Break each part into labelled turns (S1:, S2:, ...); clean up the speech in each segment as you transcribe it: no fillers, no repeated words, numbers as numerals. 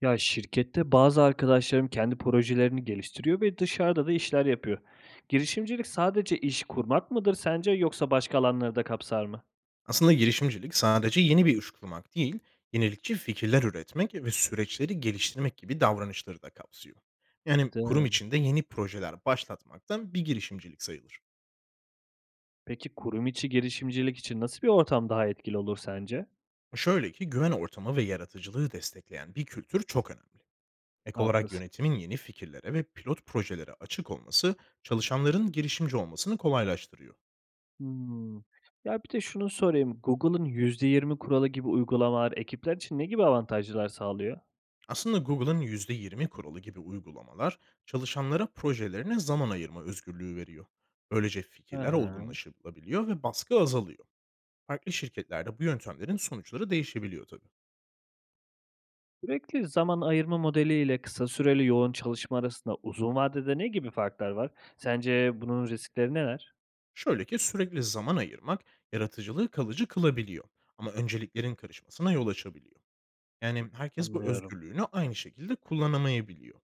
S1: Ya şirkette bazı arkadaşlarım kendi projelerini geliştiriyor ve dışarıda da işler yapıyor. Girişimcilik sadece iş kurmak mıdır sence yoksa başka alanları da kapsar mı?
S2: Aslında girişimcilik sadece yeni bir iş kurmak değil, yenilikçi fikirler üretmek ve süreçleri geliştirmek gibi davranışları da kapsıyor. Yani kurum
S1: Anladım.
S2: içinde yeni projeler başlatmaktan bir girişimcilik sayılır.
S1: Peki kurum içi girişimcilik için nasıl bir ortam daha etkili olur sence?
S2: Şöyle ki güven ortamı ve yaratıcılığı destekleyen bir kültür çok önemli. Ek olarak
S1: Haklısın.
S2: yönetimin yeni fikirlere ve pilot projelere açık olması çalışanların girişimci olmasını kolaylaştırıyor.
S1: Hmm. Ya bir de şunu sorayım. Google'ın %20 kuralı gibi uygulamalar ekipler için ne gibi avantajlar sağlıyor?
S2: Aslında Google'ın %20 kuralı gibi uygulamalar çalışanlara projelerine zaman ayırma özgürlüğü veriyor. Böylece fikirler
S1: Aha.
S2: olgunlaşılabiliyor ve baskı azalıyor. Farklı şirketlerde bu yöntemlerin sonuçları değişebiliyor tabii.
S1: Sürekli zaman ayırma modeliyle kısa süreli yoğun çalışma arasında uzun vadede ne gibi farklar var? Sence bunun riskleri neler?
S2: Şöyle ki sürekli zaman ayırmak yaratıcılığı kalıcı kılabiliyor ama önceliklerin karışmasına yol açabiliyor. Yani herkes bu
S1: Anlıyorum.
S2: özgürlüğünü aynı şekilde kullanamayabiliyor.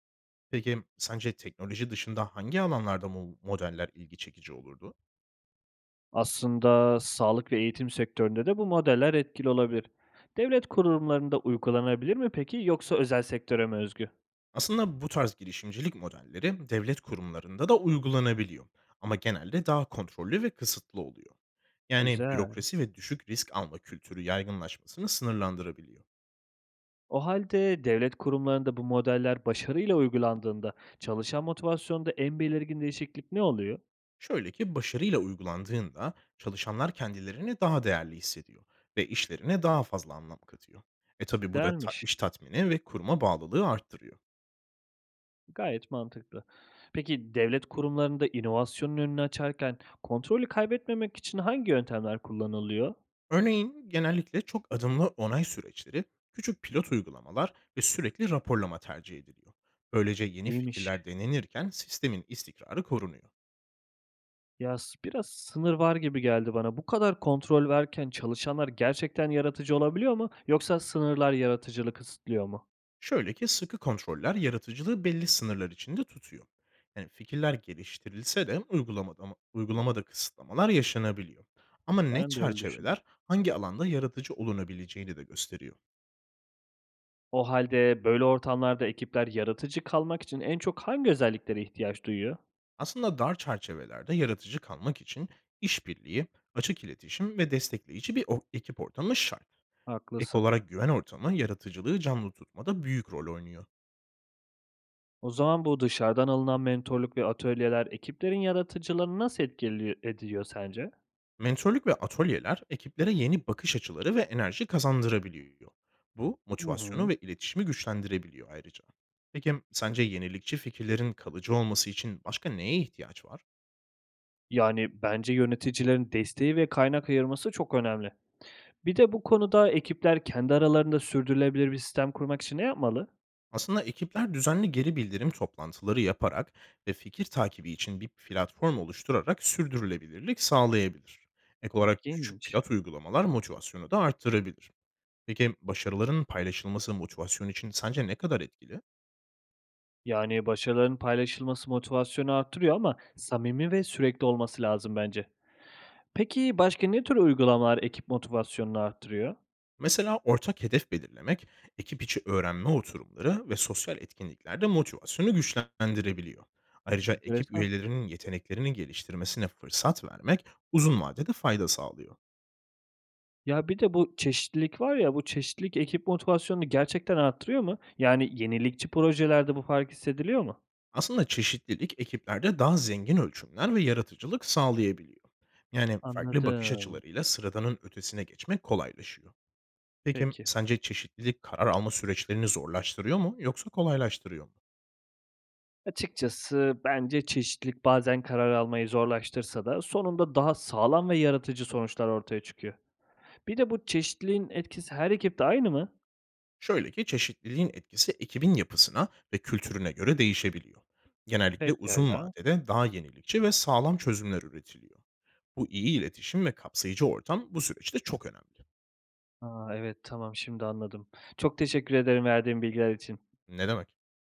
S2: Peki sence teknoloji dışında hangi alanlarda bu modeller ilgi çekici olurdu?
S1: Aslında sağlık ve eğitim sektöründe de bu modeller etkili olabilir. Devlet kurumlarında uygulanabilir mi peki yoksa özel sektöre mi özgü?
S2: Aslında bu tarz girişimcilik modelleri devlet kurumlarında da uygulanabiliyor ama genelde daha kontrollü ve kısıtlı oluyor. Yani
S1: Güzel.
S2: bürokrasi ve düşük risk alma kültürü yaygınlaşmasını sınırlandırabiliyor.
S1: O halde devlet kurumlarında bu modeller başarıyla uygulandığında çalışan motivasyonda en belirgin değişiklik ne oluyor?
S2: Şöyle ki başarıyla uygulandığında çalışanlar kendilerini daha değerli hissediyor ve işlerine daha fazla anlam katıyor. E tabi bu da
S1: Güzelmiş.
S2: iş tatmini ve kuruma bağlılığı arttırıyor.
S1: Gayet mantıklı. Peki devlet kurumlarında inovasyonun önünü açarken kontrolü kaybetmemek için hangi yöntemler kullanılıyor?
S2: Örneğin genellikle çok adımlı onay süreçleri, küçük pilot uygulamalar ve sürekli raporlama tercih ediliyor. Böylece yeni
S1: İyiymiş.
S2: fikirler denenirken sistemin istikrarı korunuyor.
S1: Biraz sınır var gibi geldi bana. Bu kadar kontrol verken çalışanlar gerçekten yaratıcı olabiliyor mu? Yoksa sınırlar yaratıcılığı kısıtlıyor mu?
S2: Şöyle ki sıkı kontroller yaratıcılığı belli sınırlar içinde tutuyor. Yani fikirler geliştirilse de uygulamada kısıtlamalar yaşanabiliyor. Ama net
S1: Ben de öyle düşündüm.
S2: çerçeveler hangi alanda yaratıcı olunabileceğini de gösteriyor.
S1: O halde böyle ortamlarda ekipler yaratıcı kalmak için en çok hangi özelliklere ihtiyaç duyuyor?
S2: Aslında dar çerçevelerde yaratıcı kalmak için işbirliği, açık iletişim ve destekleyici ekip ortamı şart. Ek
S1: Haklısın.
S2: olarak güven ortamı yaratıcılığı canlı tutmada büyük rol oynuyor.
S1: O zaman bu dışarıdan alınan mentorluk ve atölyeler ekiplerin yaratıcılarını nasıl etkili ediyor sence?
S2: Mentorluk ve atölyeler ekiplere yeni bakış açıları ve enerji kazandırabiliyor. Bu
S1: Hı
S2: motivasyonu
S1: hı.
S2: ve iletişimi güçlendirebiliyor ayrıca. Peki sence yenilikçi fikirlerin kalıcı olması için başka neye ihtiyaç var?
S1: Yani bence yöneticilerin desteği ve kaynak ayırması çok önemli. Bir de bu konuda ekipler kendi aralarında sürdürülebilir bir sistem kurmak için ne yapmalı?
S2: Aslında ekipler düzenli geri bildirim toplantıları yaparak ve fikir takibi için bir platform oluşturarak sürdürülebilirlik sağlayabilir. Ek olarak küçük
S1: İlginç.
S2: pilot uygulamalar motivasyonu da arttırabilir. Peki başarıların paylaşılması motivasyon için sence ne kadar etkili?
S1: Yani başarıların paylaşılması motivasyonu arttırıyor ama samimi ve sürekli olması lazım bence. Peki başka ne tür uygulamalar ekip motivasyonunu arttırıyor?
S2: Mesela ortak hedef belirlemek, ekip içi öğrenme oturumları ve sosyal etkinliklerde motivasyonu güçlendirebiliyor. Ayrıca ekip
S1: Enteresan.
S2: üyelerinin yeteneklerini geliştirmesine fırsat vermek uzun vadede fayda sağlıyor.
S1: Ya, bir de bu çeşitlilik var ya, bu çeşitlilik ekip motivasyonunu gerçekten arttırıyor mu? Yani yenilikçi projelerde bu fark hissediliyor mu?
S2: Aslında çeşitlilik ekiplerde daha zengin ölçümler ve yaratıcılık sağlayabiliyor. Yani farklı bakış
S1: Anladım.
S2: açılarıyla sıradanın ötesine geçmek kolaylaşıyor. Peki
S1: Peki.
S2: sence çeşitlilik karar alma süreçlerini zorlaştırıyor mu yoksa kolaylaştırıyor mu?
S1: Açıkçası bence çeşitlilik bazen karar almayı zorlaştırsa da sonunda daha sağlam ve yaratıcı sonuçlar ortaya çıkıyor. Bir de bu çeşitliliğin etkisi her ekipte aynı mı?
S2: Şöyle ki çeşitliliğin etkisi ekibin yapısına ve kültürüne göre değişebiliyor. Genellikle uzun
S1: Pekâlâ.
S2: vadede daha yenilikçi ve sağlam çözümler üretiliyor. Bu iyi iletişim ve kapsayıcı ortam bu süreçte çok önemli.
S1: A, evet, tamam, şimdi anladım. Çok teşekkür ederim verdiğin bilgiler için.
S2: Ne demek?